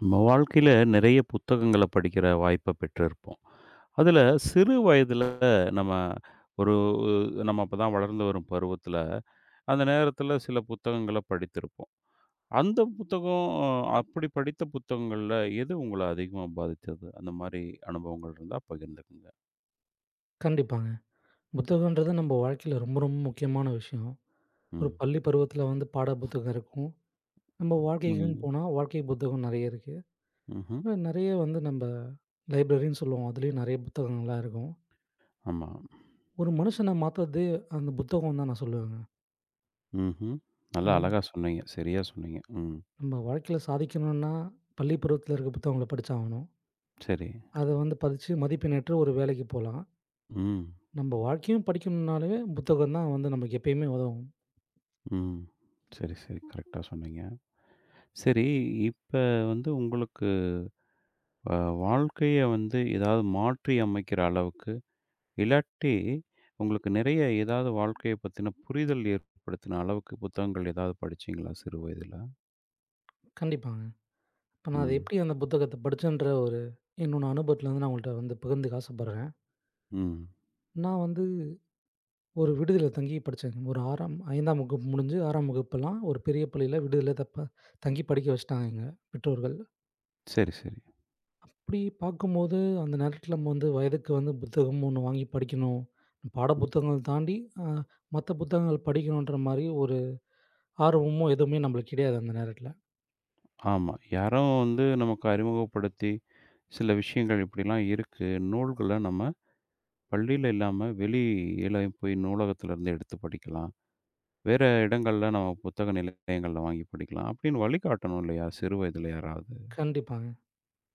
நம்ம வாழ்க்கையில நிறைய புத்தகங்கள படிக்கிற வாய்ப்ப பெற்றிருப்போம். அதுல சிறு வயதுல நம்ம ஒரு நம்ம அப்ப தான் வளர்ந்து வரும் பருவத்துல, அந்த நேரத்துல சில புத்தகங்கள படித்திருப்போம். அந்த புத்தகம் அப்படி படித்த புத்தகங்கள்ல எது உங்கள அதிகமா பாதிச்சது? அந்த மாரி அனுபவங்கள் இருந்தா பகிர்ந்துக்குங்க. கண்டிப்பாங்க. புத்தகன்றது நம்ம வாழ்க்கையில ரொம்ப, ரொம்ப முக்கியமான விஷயம். ஒரு ம். பள்ளி பருவத்தில வந்து பாட புத்தகம் இருக்கும். நம்ம வாழ்க்கைக்குன்னு ம். போனா, வாழ்க்கை புத்தகம் நெறைய இருக்கு. ம்ஹ்ம். இன்னும் நெறைய வந்து நம்ம லைப்ரரின்னு சொல்லுவோம். அதுலேயும் நெறைய புத்தகங்கள்லாம் இருக்கும். ஆமா. ஒரு மனுஷன மாத்துறதே அந்த புத்தகம் தான் நான் சொல்லுவேங்க. ம்ஹ்ம். நல்லா அது அழகா சொன்னீங்க. சரியா சொன்னீங்க. ம். நம்ம வாழ்க்கையில சாதிக்கணும்னா, பள்ளி பருவத்தில இருக்க புத்தகங்கள படிச்சாகணும். சரி. அத வந்து படிச்சு மதிப்பெண்ணற்று ஒரு வேலைக்கு போலாம். ம். நம்ம வாழ்க்கையும் படிக்கணும்னாலே புத்தகம் தான் வந்து நமக்கு எப்பயுமே உதவும். ம். சரி, சரி. கரெக்ட்டா சொன்னீங்க. சரி, இப்ப வந்து உங்களுக்கு அ வாழ்க்கைய வந்து ஏதாவது மாற்றி அமைக்கிற அளவுக்கு, இல்லாட்டி உங்களுக்கு நிறைய ஏதாவது வாழ்க்கைய பத்தின புரிதல் ஏற்படுத்தின அளவுக்கு புத்தகங்கள் ஏதாவது படிச்சீங்களா சிறு வயதில? கண்டிப்பாங்க. இப்ப நான் அத ம், எப்படி அந்த புத்தகத்த படிச்சேன்ற ஒரு என்னோட அனுபவத்துல வந்து நான் உங்கள்ட்ட வந்து பகிர்ந்துக்க ஆசைப்படுறேன். ம். நான் வந்து ஒரு விடுதியில தங்கி படிச்சேங்க. ஒரு 6ஆம் 5ஆம் வகுப்பு முடிஞ்சு 6ஆம் வகுப்பெல்லாம் ஒரு பெரிய பள்ளியில விடுதியில தங்கி படிக்க வச்சுட்டாங்க எங்க பெற்றோர்கள். சரி, சரி. அப்படி பார்க்கும்போது அந்த நேரத்துல நம்ம வந்து வயதுக்கு வந்து புத்தகம் ஒண்ணு வாங்கி படிக்கணும். பாட ம். புத்தகங்கள் தாண்டி அ மத்த புத்தகங்கள் படிக்கணுன்ற மாரி ஒரு ஆர்வமோ எதுவுமே நம்மளுக்கு கிடையாது அந்த நேரத்துல. ஆமா. யாரோ வந்து நமக்கு அறிமுகப்படுத்தி, சில விஷயங்கள் இப்படிலாம் இருக்கு. நூல்கள நம்ம பள்ளியில இல்லாம வெளியில போய் நூலகத்திலிருந்து எடுத்து படிக்கலாம். வேற இடங்கள்ல நம்ம புத்தக நிலையங்கள்ல வாங்கி படிக்கலாம். அப்படின்னு வழிகாட்டணும் இல்லையா? சிறு வயதில யாராவது. கண்டிப்பாங்க.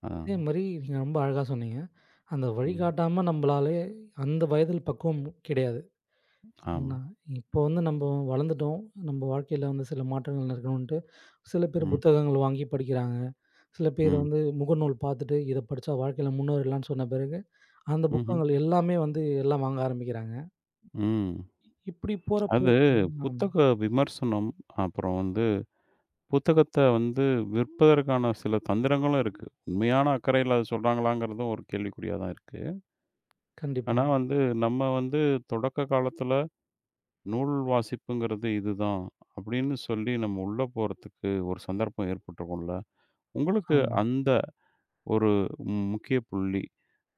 ஆ. அதே மாரி நீங்க ரொம்ப அழகா சொன்னீங்க. அந்த ம். வழிகாட்டாம நம்பளாலே அந்த வயதில் பக்குவம் கிடையாது. ஆமா. ஏன்னா, இப்போ வந்து நம்ப வளர்ந்துட்டோம். நம்ப வாழ்க்கையில வந்து சில மாற்றங்கள் நடக்கணுன்ட்டு, சில பேர் ம். புத்தகங்கள் வாங்கி படிக்கிறாங்க. சில பேர் ம். வந்து முகநூல் பார்த்துட்டு, இத படிச்சா வாழ்க்கையில முன்னேறலான்னு சொன்ன பிறகு, அந்த ம்ஹ்ம். புத்தகங்கள் எல்லாமே வந்து எல்லாம் வாங்க ஆரம்பிக்கிறாங்க. ம். இப்படி போறப்போ அது ஆமா. புத்தக விமர்சனம், அப்புறம் வந்து புத்தகத்த வந்து விற்பதற்கான சில தந்திரங்களும் இருக்கு. உண்மையான அக்கறையில அத சொல்றாங்களாங்கிறதும் ஒரு கேள்விக்குறியா தான் இருக்கு. கண்டிப்பா. ஆனா வந்து நம்ம வந்து தொடக்க காலத்துல நூல் வாசிப்புங்கிறது இதுதான், அப்படின்னு சொல்லி நம்ம உள்ள போறதுக்கு ஒரு சந்தர்ப்பம் ஏற்பட்டுருக்கும்ல. உங்களுக்கு ஆமா, அந்த ஒரு முக்கிய புள்ளி.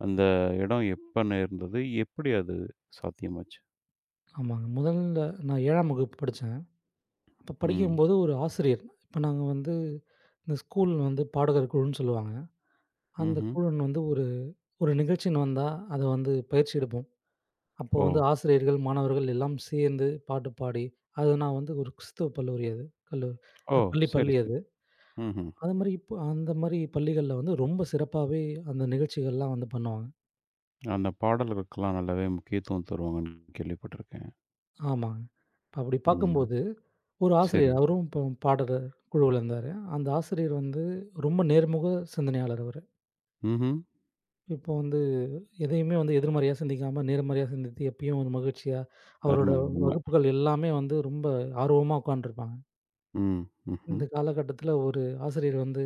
அந்த இடம் எப்ப நேர்ந்தது? எப்படி அது சாத்தியமாச்சு? ஆமாங்க. முதல்ல நான் 7ஆம் வகுப்பு படிச்சேன். அப்ப ம். படிக்கும்போது ஒரு ஆசிரியர், இப்ப நாங்க வந்து இந்த ஸ்கூல் வந்து பாடகர் குழுன்னு சொல்லுவாங்க. அந்த ம்ஹ்ம். குழுன்னு வந்து ஒரு ஒரு நிகழ்ச்சின்னு வந்தா, அத வந்து பயிற்சி எடுப்போம். அப்போ ஓ! வந்து ஆசிரியர்கள், மாணவர்கள் எல்லாம் சேர்ந்து பாட்டு பாடி, அது நான் வந்து ஒரு கிறிஸ்துவ கல்லூரி அது. கல்லூ ஓ! பள்ளி சரி, பள்ளி சரி. அது. ம்ஹ்ம். அது மாரி இப்போ அந்த மாரி பள்ளிகள்ல வந்து ரொம்ப சிறப்பாவே அந்த நிகழ்ச்சிகள்லாம் வந்து பண்ணுவாங்க. அந்த பாடல்களுக்கெல்லாம் நல்லாவே முக்கியத்துவம் தருவாங்கன்னு கேள்விப்பட்டிருக்கேன். ஆமாங்க. அப்படி ம். பார்க்கும்போது, ஒரு சரி. ஆசிரியர் அவரும் இப்போ பாடற குழுவுல இருந்தாரு. அந்த ஆசிரியர் வந்து ரொம்ப நேர்முக சிந்தனையாளர் அவரு. ம்ஹ்ம். இப்போ வந்து எதையுமே வந்து எதிர்மறையா சிந்திக்காம, நேர்மறையா சிந்தித்து எப்பயும் ஒரு மகிழ்ச்சியா, அவரோட அருமை, அருமை. வகுப்புகள் எல்லாமே வந்து ரொம்ப ஆர்வமா உட்காந்துருப்பாங்க. ம். ம்ஹ்ம். இந்த காலகட்டத்தில ஒரு ஆசிரியர் வந்து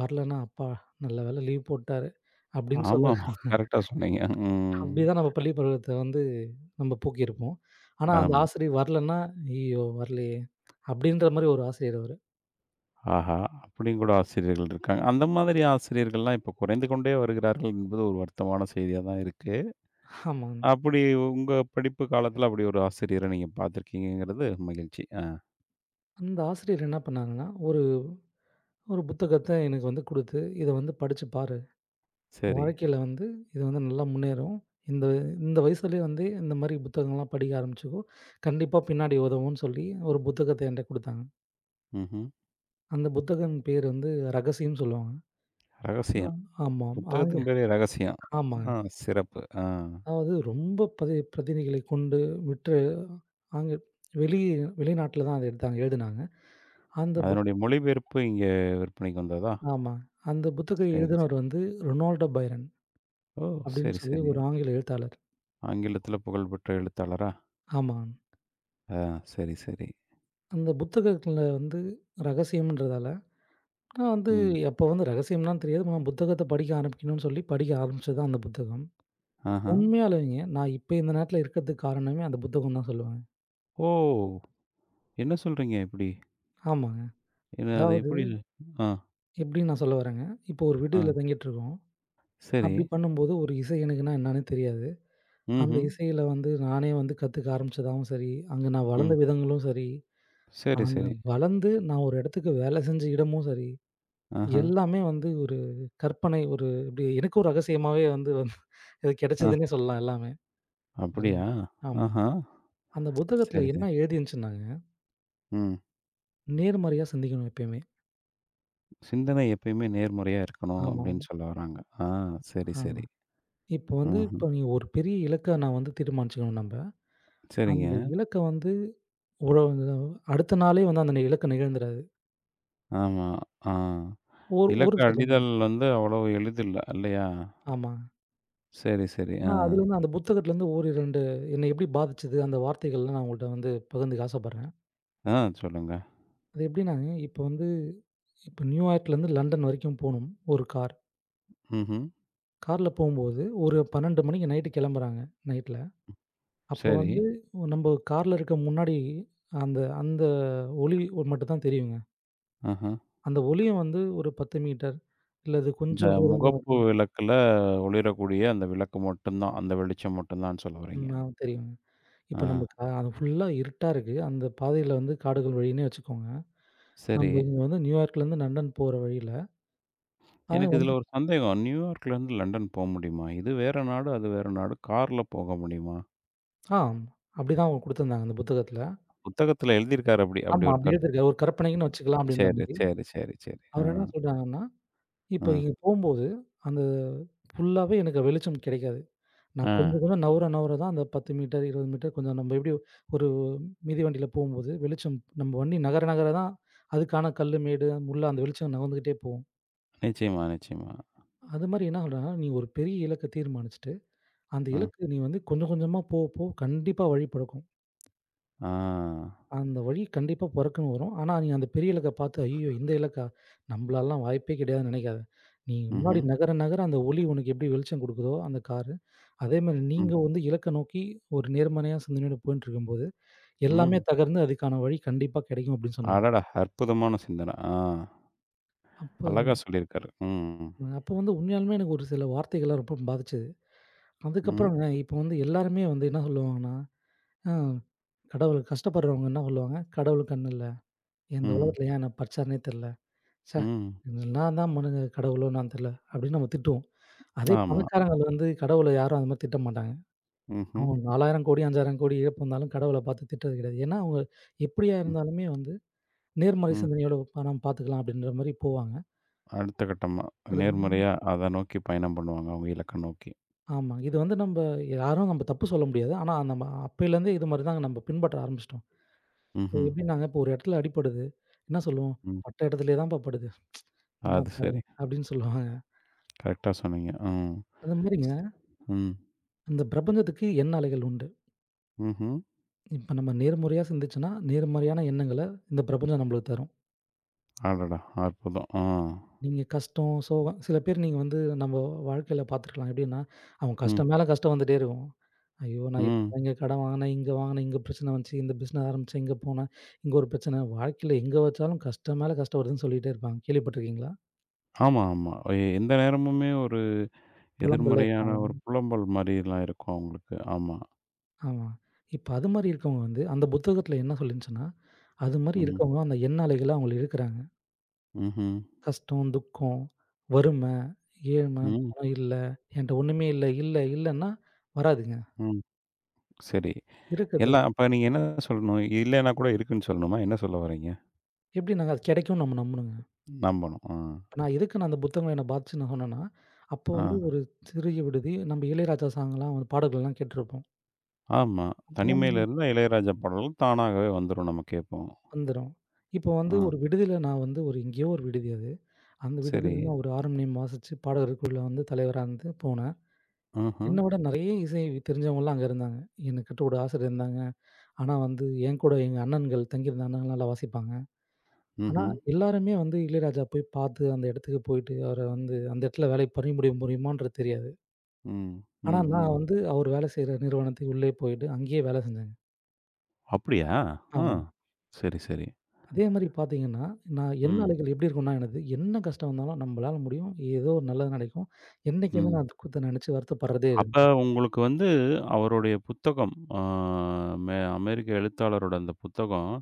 வரலன்னா, "அப்பா நல்ல வேளை லீவ் போட்டாரு" அப்படின்னு சொல்ல ஆமா. கரெக்ட்டா சொன்னீங்க. ம். அப்படிதான் நம்ம பள்ளி பருவத்த வந்து நம்ம போக்கியிருப்போம். ஆனா அந்த ஆமா. ஆசிரியர் வரலன்னா, "ஐயய்யோ! வரலையே" அப்படின்ற மாரி ஒரு ஆசிரியர் அவரு. ஆஹா! அப்படின்னு கூட ஆசிரியர்கள் இருக்காங்க. அந்த மாதிரி ஆசிரியர்கள்லாம் இப்ப குறைந்து கொண்டே வருகிறார்கள் என்பது ஒரு வருத்தமான செய்தியா தான் இருக்கு. ஆமாங்க. அப்படி உங்க படிப்பு காலத்துல அப்படி ஒரு ஆசிரியரை நீங்க பார்த்துருக்கீங்கங்கிறது மகிழ்ச்சி. ஆ அந்த ஆசிரியர் என்ன பண்ணாங்கன்னா, ஒரு ஒரு புத்தகத்த எனக்கு வந்து குடுத்து, "இத வந்து படிச்சு பாரு." சரி. வாழ்க்கையில வந்து இது வந்து நல்லா முன்னேறும். இந்த இந்த வயசுலயே வந்து இந்த மாரி புத்தகங்கள்லாம் படிக்க ஆரம்பிச்சுக்கோ. கண்டிப்பா பின்னாடி உதவும்ன்னு சொல்லி ஒரு புத்தகத்த என்ட்ட குடுத்தாங்க. ம்ஹ்ம். அந்த புத்தகம் பேர் வந்து ரகசியம்ன்னு சொல்லுவாங்க. ஆ. ரகசியம். ஆமாம். ஆங்க புத்தகத்தின் பேரே ரகசியம். ஆமாங்க. ஆ சிறப்பு. ஆ அதாவது ரொம்ப பதி பிரதிநிதிகளை கொண்டு விற்ற ஆங்க வெளி வெளிநாட்ல தான் அத எடுத்தாங்க, எழுதுனாங்க. அந்த புத் அதனுடைய மொழிபெயர்ப்பு இங்க விற்பனைக்கு வந்ததா? ஆமா. அந்த புத்தகம் சரி, சரி. எழுதினவர் வந்து ரொனால்டோ பைரன் ஓ! அப்படின்னு சரி, சொல்லி சரி. ஒரு ஆங்கில எழுத்தாளர். ஆங்கிலத்தில புகழ்பெற்ற எழுத்தாளரா? ஆமாங்க. ஆ சரி, சரி. அந்த புத்தகத்துல வந்து ரகசியம்ன்றதால நான் வந்து ம். அப்போ வந்து ரகசியம்லாம் தெரியாது. நான் புத்தகத்த படிக்க ஆரம்பிக்கணும்னு சொல்லி படிக்க ஆரம்பிச்சது தான் அந்த புத்தகம். ஆஹா. உண்மையாலுங்க நான் இப்ப இந்த நேரத்தில இருக்கிறதுக்கு காரணமே அந்த புத்தகம் தான் சொல்லுவேன். ஓ! என்ன சொல்றீங்க இப்படி? ஆமாங்க. என்ன அது அதாவது எப்படி? ஆ, எப்படின்னு நான் சொல்ல வரேங்க. இப்போ ஒரு ஆ. விடுதியில தங்கிட்டுருக்கோம். சரி. அப்படி பண்ணும்போது ஒரு இசை எனக்குன்னா என்னன்னே தெரியாது. அந்த ம்ஹ்ம். இசையில வந்து நானே வந்து கத்துக்க ஆரம்பிச்சதாவும் சரி, அங்க நான் வளர்ந்த ம். விதங்களும் சரி, சரி, அந்த சரி. வளர்ந்து நான் ஒரு இடத்துக்கு வேலை செஞ்ச இடமும் சரி, ஆஹா. எல்லாமே வந்து ஒரு கற்பனை ஒரு இப்படி எனக்கு ஒரு ரகசியமாவே வந்து வந்து இது ஆ. கிடைச்சதுன்னே சொல்லலாம் எல்லாமே. அது அப்படியா? ஆமாங்க. ஆஹா. அந்த புத்தகத்துல சரி, சரி. என்ன எழுதியிருந்துச்சுன்னாங்க, ம். நேர்மறையா சிந்திக்கணும் எப்பயுமே. சிந்தனை எப்பயுமே நேர்மறையா இருக்கணும் ஆமா, அப்படின்னு சொல்ல வராங்க. ஆ சரி, ஆமா. சரி. இப்போ வந்து ம்ஹ்ம். இப்போ நீங்க ஒரு பெரிய இலக்க நான் வந்து தீர்மானிச்சுக்கணும் நம்ப. சரிங்க. அந்த இலக்க வந்து ஒரு அடுத்த நாளே வந்து அந்த இலக்கு நிகழ்ந்துராது. ஆமா. ஆ. ஒரு ஒரு இலக்க சிலங்க அடிதல் வந்து அவ்வளவு எளிதில்ல இல்லையா? ஆமா. சரி, சரி. ஆ. நான் அதுலருந்து அந்த புத்தகத்துலருந்து ஒரு 2 என்ன எப்படி பாதிச்சது அந்த வார்த்தைகள்லாம் நான் உங்கள்ட்ட வந்து பகிர்ந்துக்க ஆசைப்படுறேன். ஆ சொல்லுங்க. அது எப்படின்னாங்க, இப்போ வந்து இப்போ நியூயார்க்லேருந்து லண்டன் வரைக்கும் போணும் ஒரு கார். ம்ஹ்ம். கார்ல போம்போது ஒரு 12 மணிக்கு நைட்டு கிளம்புறாங்க, நைட்ல. அப்போ சரி. வந்து நம்ப கார்ல இருக்க முன்னாடி அந்த அந்த ஒளி மட்டும் தான் தெரியுங்க. ஆஹ. அந்த ஒளியும் வந்து ஒரு 10 மீட்டர் இல்ல அது இந்த கொஞ்சம் தூரம் முகப்பு விளக்குல ஒளிரக்கூடிய அந்த விளக்கு மட்டும் தான். அந்த வெளிச்சம் மட்டும் தான்னு சொல்ல வர்றீங்க. அ தெரியுங்க. ஆ இப்ப நம்ம கா அது ஃபுல்லா இருட்டா இருக்கு. அந்த பாதையில வந்து காடுகள் வழின்னே வச்சுக்கோங்க. சரி. நம்ம இங்க வந்து நியூயார்க்லேருந்து லண்டன் போற வழியில அது எனக்கு இதுல வந்து- ஒரு சந்தேகம். நியூயார்க்லேருந்து லண்டன் போ முடியுமா? இது வேற நாடு, அது வேற நாடு. கார்ல போக முடியுமா? ஆ அப்படிதான் அவங்க குடுத்துருந்தாங்க அந்த புத்தகத்துல. புத்தகத்துல எழுதியிருக்காரு அப்படி அப்படி ஆமா ஒரு அப்படி கருத்து. எழுதிருக்காரு. ஒரு கற்பனைக்குன்னு வச்சுக்கலாம் அப்படின்ற சரி, மாரி. சரி, சரி, சரி. ஆ, அவர் என்ன சொல்றாங்கன்னா, ஆ, இப்ப இங்க போம்போது அந்த ஃபுல்லாவே எனக்கு வெளிச்சம் கிடைக்காது. நான் ஆ. கொஞ்சம் கொஞ்சம் நவுர, நவுர தான் அந்த 10 மீட்டர், 20 மீட்டர் கொஞ்சம் நம்ம எப்படி ஒரு மிதிவண்டியில போம்போது வெளிச்சம் நம்ம வண்டி நகர நகர தான் அதுக்கான கல்லு, மேடு, முள்ளு அந்த வெளிச்சம் நகர்ந்துகிட்டே போகும். நிச்சயமா, நிச்சயமா. அது மாரி என்ன சொல்றாங்கன்னா, நீ ஒரு பெரிய இலக்க தீர்மானிச்சுட்டு, அந்த அ, இலக்கு நீ வந்து கொஞ்சம் கொஞ்சமா போக போக கண்டிப்பா வழி பிறக்கும். ஆ. அந்த வழி கண்டிப்பா பொறக்குன்னு வரும். ஆனா, நீங்க அந்த பெரிய இலக்க பார்த்து, "ஐயய்யோ! இந்த இலக்கா? நம்பளாலலாம் வாய்ப்பே கிடையாதுன்னு" நெனைக்காத. நீ முன்னாடி ம்ஹ்ம். நகர, நகர அந்த ஒளி உனக்கு எப்படி வெளிச்சம் குடுக்குதோ, அந்த காரு, அதேமாரி ம், நீங்க வந்து இலக்க நோக்கி ஒரு நேர்மறையா சிந்தனையோட போயின்ட்டுருக்கும்போது, எல்லாமே ம். தகர்ந்து அதுக்கான வழி கண்டிப்பா கிடைக்கும் அப்படின்னு சொன்னாங்க. அடடா! அற்புதமான சிந்தனை. ஆ, அப்போ அழகா சொல்லியிருக்காரு. ம், அப்போ வந்து உண்மையாலுமே எனக்கு ஒரு சில வார்த்தைகள்லாம் ரொம்ப பாதிச்சது. ம், அதுக்கப்புறங்க இப்போ வந்து எல்லாருமே வந்து என்ன சொல்லுவாங்கன்னா, "அ "கடவுள் கஷ்டப்படுறவங்க என்ன சொல்லுவாங்க? கடவுள் கண் இல்ல. இந்த ம், உலகத்துல ஏன் என்ன படச்சாருன்னே தெர்ல." ச்சே! ம். நான் தான் மனுங்க கடவுளோ என்னன்னு தெரியல. அப்படின்னு நம்ம திட்டுவோம். அதே ஆமா. பணக்காரங்கள் வந்து கடவுள யாரும் அந்த மாரி திட்ட மாட்டாங்க. ம்ஹ்ம். அவங்க 4000 கோடி, 5000 கோடி இழப்பு வந்தாலும் கடவுள பார்த்து திட்டுறது கிடையாது. ஏன்னா அவங்க எப்படியா ம், இருந்தாலுமே வந்து நேர்மறை ம். சிந்தனையோட நம்ம பார்த்துக்கலாம் அப்படின்ற மாரி போவாங்க. அடுத்த கட்டமா, நேர்மறையா அத நோக்கி பயணம் பண்ணுவாங்க, அவங்க இலக்க நோக்கி. ஆமா. இது வந்து நம்ப யாரும் நம்ம தப்பு சொல்ல முடியாது. ஆனா நம்ம அப்பயிலேருந்தே இது மாரி தாங்க நம்ம பின்பற்ற ஆரம்பிச்சுட்டோம். இப்போ ம்ஹ்ம். எப்படின்னாங்க, இப்போ ஒரு இடத்துல அடிபடுது. என்ன சொல்லுவோம்? ம். "பட்ட இடத்துலயே தான்ப்பா படுது. அது என்னப்பா" சரி. அப்படின்னு சொல்லுவாங்க. கரெக்ட்டா சொன்னீங்க. ம். அந்த மாரிங்க, ம், இந்த பிரபஞ்சத்துக்கு எண்ண அலைகள் உண்டு. ம்ஹ்ம். இப்ப நம்ம நேர்முறையா சிந்திச்சோன்னா, நேர்மறையான எண்ணங்கள இந்த பிரபஞ்சம் நம்மளுக்கு தரும். அடடா! அற்புதம். ஆ. நீங்க கஷ்டம், சோகம் சில பேர் நீங்க வந்து நம்ம வாழ்க்கையில பார்த்துருக்கலாம். எப்படின்னா, அவங்க ம், கஷ்டம் மேல கஷ்டம் வந்துட்டே இருக்கும். ஐயோ! நான் ம். இப்ப இங்க கடன் வாங்குனேன், இங்க வாங்குனேன், இங்க பிரச்சனை வந்துச்சு, இந்த பிசினஸ் ஆரம்பிச்சேன், இங்க போனேன், இங்க ஒரு பிரச்சனை. வாழ்க்கையில எங்க வச்சாலும் கஷ்டம் மேல கஷ்டம் வருதுன்னு சொல்லிட்டே இருப்பாங்க. கேள்விப்பட்டுருக்கீங்களா? ஆமா, ஆமா. எந்த நேரமுமே ஒரு புலம்பல்ல எதிர்மறையான ஒரு இருப்பாங்க. புலம்பல் மாரிலாம் இருக்கும் அவங்களுக்கு. ஆமா. ஆமா. இப்ப அது மாரி இருக்கவங்க வந்து அந்த புத்தகத்துல என்ன சொல்லிருந்துச்சுன்னா, அது மாரி ம். இருக்கவங்க அந்த எண்ண அலைகள்ல அவங்களுக்கு இருக்கிறாங்க. ம்ஹ்ம். கஷ்டம், துக்கம், வறும, "ஏன் மேம் ம். பணம் இல்ல, என்ட்ட ஒண்ணுமே இல்ல, இல்ல, இல்லன்னா" வராதுங்க. ம். சரி. இருக்குது. எல்லாம் அப்ப நீங்க என்ன சொல்லணும்? இல்லன்னா கூட இருக்குன்னு சொல்லணுமா? என்ன சொல்ல வர்றீங்க? எப்படி நாங்க அது கிடைக்கும்னு நம்ம நம்பணுங்க. நம்பணும். ஆ. இப்ப நான் எதுக்கு நான் அந்த புத்தகங்கள என்ன பாதிச்சுன்னு நான் சொன்னேன்னா, அப்போ வந்து ஆ. ஒரு சிறிய விடுதி நம்ம இளையராஜா சாங்லாம் வந்து பாடல்கள்லாம் கேட்டுருப்போம். ஆமா. அப்போ வந்து தனிமையில இருந்தா இளையராஜா பாடல்கள் தானாகவே வந்துரும் நம்ம கேட்போம். வந்துரும். இப்போ வந்து ஆ. ஒரு விடுதியில நான் வந்து ஒரு எங்கேயோ ஒரு விடுதி அது. அந்த சரி. விடுதியில நான் ஒரு ஆரண்யம் வாசிச்சு பாடகருக்குள்ள வந்து தலைவரா இருந்து போனேன். ம்ஹ்ம். என்ன விட நெறைய இசை தெரிஞ்சவங்கலாம் அங்க இருந்தாங்க. எனக்கிட்ட ஒரு ஆசிரியர் இருந்தாங்க. ஆனா வந்து என் கூட எங்க அண்ணன்கள் தங்கியிருந்த அண்ணன்கள் நல்லா வாசிப்பாங்க. ஆனா, ம்ஹ்ம். எல்லாருமே வந்து இளையராஜா போய் பார்த்து, அந்த இடத்துக்கு போயிட்டு, அவர வந்து அந்த இடத்துல வேலை பணிபுரிய முடியுமான்றது தெரியாது. ம். ஆனா, ம். ம். நான் வந்து அவர் வேலை செய்ற நிறுவனத்துக்கு உள்ளே போயிட்டு, அங்கேயே வேலை செஞ்சேங்க. அப்படியா? ஆ. ஆமாம். சரி, சரி. அதே மாரி பார்த்தீங்கன்னா, நான் என் ம். நாளைகள் எப்படி இருக்கும்னா, எனது என்ன கஷ்டம் வந்தாலும் நம்பளால முடியும். ஏதோ ஒரு நல்லது நடக்கும். என்னைக்குமே ம். நான் துக்கத்த நெனச்சு வருத்தப்படுறதே இல்ல. அப்ப உங்களுக்கு வந்து அவருடைய புத்தகம், அ மெ அமெரிக்க எழுத்தாளரோட அந்த புத்தகம்,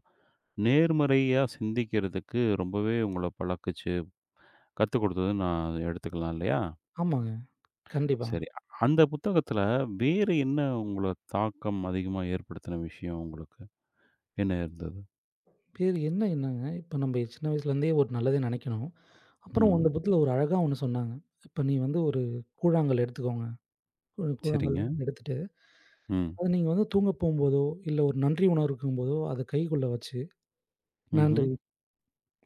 நேர்மறையா சிந்திக்கிறதுக்கு ரொம்பவே உங்கள பழக்குச்சு, கத்துக் குடுத்ததுன்னு நான் எடுத்துக்கலாம் இல்லையா? ஆமாங்க. கண்டிப்பா. சரி. அந்த புத்தகத்துல வேறு என்ன உங்கள தாக்கம் அதிகமா ஏற்படுத்தின விஷயம் உங்களுக்கு? என்ன இருந்தது? பேரு என்ன என்னங்க, இப்ப நம்ப சின்ன வயசுலேருந்தே ஒரு நல்லதே நெனைக்கணும். அப்புறம் அந்த ம். புக்ல ஒரு அழகா ஒண்ணு சொன்னாங்க. இப்ப நீ வந்து ஒரு கூழாங்கல் எடுத்துக்கோங்க. கூழாங்கல் சரிங்க. எடுத்துட்டு ம். அது நீங்க வந்து தூங்க போம்போதோ, இல்ல ஒரு நன்றி உணர்வு இருக்கும்போதோ, அத கைக்குள்ள வச்சு, ம்ஹ்ம். நன்றி.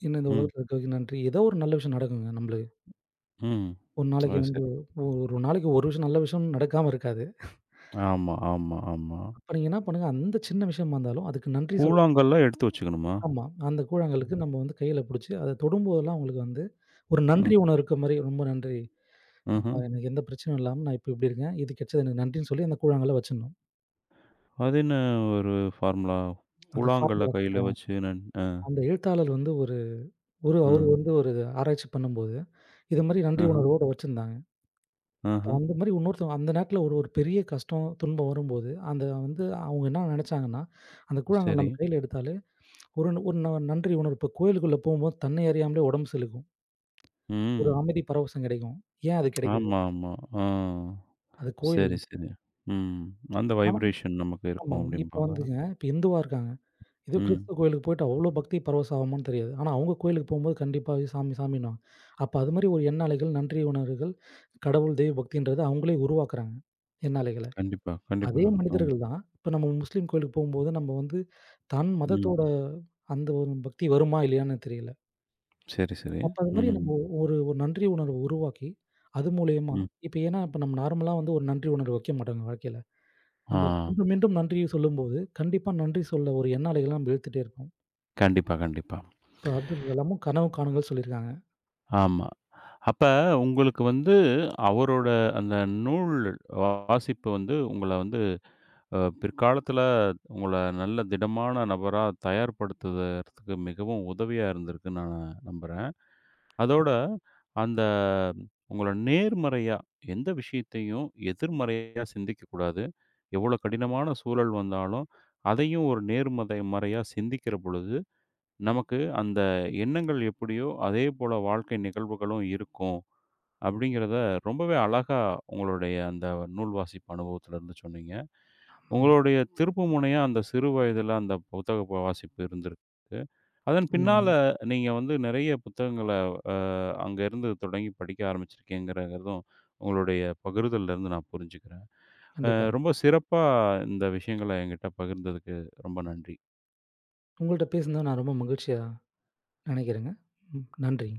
என்ன இந்த ம். உலகத்துல இருக்க வரைக்கும் நன்றி. ஏதோ ஒரு நல்ல விஷயம் நடக்குங்க நம்மளுக்கு. ம். ஒரு நாளைக்கு அது வந்து சரி. ஒரு நாளைக்கு ஒரு விஷயம் நல்ல விஷயம் நடக்காம இருக்காது. ஆமா, ஆமா, ஆமா. அப்ப நீங்க என்ன பண்ணுங்க, அந்த சின்ன விஷயமா இருந்தாலும் அதுக்கு நன்றி சொல்ல கூழாங்கல்லாம் எடுத்து வச்சுக்கணுமா? ஆமா. அந்த ம். கூழாங்கலுக்கு நம்ம வந்து கையில புடிச்சு, அத தொடும்போதெல்லாம் உங்களுக்கு வந்து ஒரு நன்றி உணர்வு இருக்க மாரி, "ரொம்ப நன்றி. அப்பா ம்ஹ்ம். எனக்கு எந்த பிரச்சனையும் இல்லாம நான் இப்ப இப்படி இருக்கேன். இது கெடைச்சது எனக்கு நன்றின்னு" சொல்லி அந்த கூழாங்கல்ல வச்சிடணும். அது என்ன ஒரு ஃபார்முலா? அது கூழாங்கல்ல ஃபார்முலா கையில சொல்றேன். வச்சு நன் அ, அந்த எழுத்தாளர் வந்து ஒரு ஒரு அ, அவரு வந்து ஒரு ஆராய்ச்சி பண்ணும்போது இது மாரி நன்றி அஹ, உணர்வோட வச்சிருந்தாங்க. இப்ப அஹ. அந்த மாரி இன்னொருத்தவங்க அந்த நேரத்துல ஒரு ஒரு பெரிய கஷ்டம், துன்பம் வரும்போது, அந்த வந்து அவங்க என்ன நெனச்சாங்கன்னா, அந்த கூழாங்கல் சரி. நம்ம கையில எடுத்தாலே ஒரு நன்றி உணர்வு இப்ப கோயிலுக்குள்ள போம்போது தன்னை அறியாமலே உடம்பு சிலுக்கும். ஒரு ம். அமைதி பரவசம் கிடைக்கும். ஏன் அது கிடைக்குது? ஆமா, ஆமா. ஆ. அது கோயில் சரி, சரி. ம். அந்த ஆனா வைப்ரேஷன் நமக்கு ஆமா. இருக்கும் இப்ப அப்டிம்பாங்க. வந்துங்க இப்ப இந்துவா இருக்காங்க. ஏதோ ம். கிறிஸ்துவ கோயிலுக்கு போயிட்டு அவ்ளோ பக்தி பரவசம் ஆகுமான்னு தெரியாது. ஆனா அவங்க கோயிலுக்கு போம்போது கண்டிப்பா சாமி சாமின்னுவாங்க. அப்ப அது மாரி ஒரு எண்ணாலைகள், நன்றி உணர்வுகள், கடவுள், தெய்வ பக்தின்றது அவங்களே உருவாக்குறாங்க. எண்ணாலைகள். கண்டிப்பா, கண்டிப்பா. அதே ஆ. மனிதர்கள் தான். இப்ப நம்ம முஸ்லீம் கோயிலுக்கு போம்போது, நம்ம வந்து தன் ம். மதத்தோட அந்த ஒரு பக்தி வருமா? இல்லையான்னு தெரியல. சரி, சரி. அப்ப அது மாரி ம், நம்ம ஒரு ஒரு நன்றி உணர்வு உருவாக்கி, அது மூலியமா ம். இப்ப ஏன்னா, இப்ப நம்ம நார்மலா வந்து ஒரு நன்றி உணர்வு வைக்க மாட்டோங்க வாழ்க்கையில. ஆ. நம்ம மீண்டும் மீண்டும் நன்றி சொல்லும்போது, கண்டிப்பா நன்றி சொல்ல ஒரு எண்ண அலைகள நம்ம இழுத்துட்டே இருப்போம். கண்டிப்பா, கண்டிப்பா. இப்ப அப்துல் கலாமும் கனவு காணுங்கள்ன்னு சொல்லியிருக்காங்க. ஆமா. அப்ப உங்களுக்கு வந்து அவரோட அந்த நூல் வாசிப்பு வந்து உங்கள வந்து பிற்காலத்துல உங்கள நல்ல திடமான நபரா தயார்படுத்துதற்கு மிகவும் உதவியா இருந்திருக்குன்னு நான் நம்புறேன். அதோட அந்த உங்கள நேர்மறையா எந்த விஷயத்தையும் எதிர்மறையா சிந்திக்கக்கூடாது. எவ்வளோ கடினமான சூழல் வந்தாலும், அதையும் ஒரு நேர்மதை மறையா சிந்திக்கிற பொழுது நமக்கு அந்த எண்ணங்கள் எப்படியோ, அதே போல வாழ்க்கை நிகழ்வுகளும் இருக்கும். அப்படிங்கிறத ரொம்பவே அழகா உங்களுடைய அந்த நூல் வாசிப்பு அனுபவத்திலருந்து சொன்னீங்க. உங்களுடைய திருப்புமுனையா அந்த சிறு வயதில அந்த புத்தக ப வாசிப்பு இருந்திருக்கு. அதன் பின்னால ஆமாங்க. நீங்க வந்து நிறைய புத்தகங்கள அ அங்க இருந்து தொடங்கி படிக்க ஆரம்பிச்சிருக்கீங்கிறதும் உங்களுடைய பகிர்தலருந்து நான் புரிஞ்சுக்கிறேன். அ கண்டிப்பா. ரொம்ப சிறப்பா இந்த விஷயங்கள என்கிட்ட பகிர்ந்ததுக்கு ரொம்ப நன்றி. உங்கள்ட்ட பேசினது நான் ரொம்ப மகிழ்ச்சியா நெனைக்கிறேங்க. ம். நன்றி.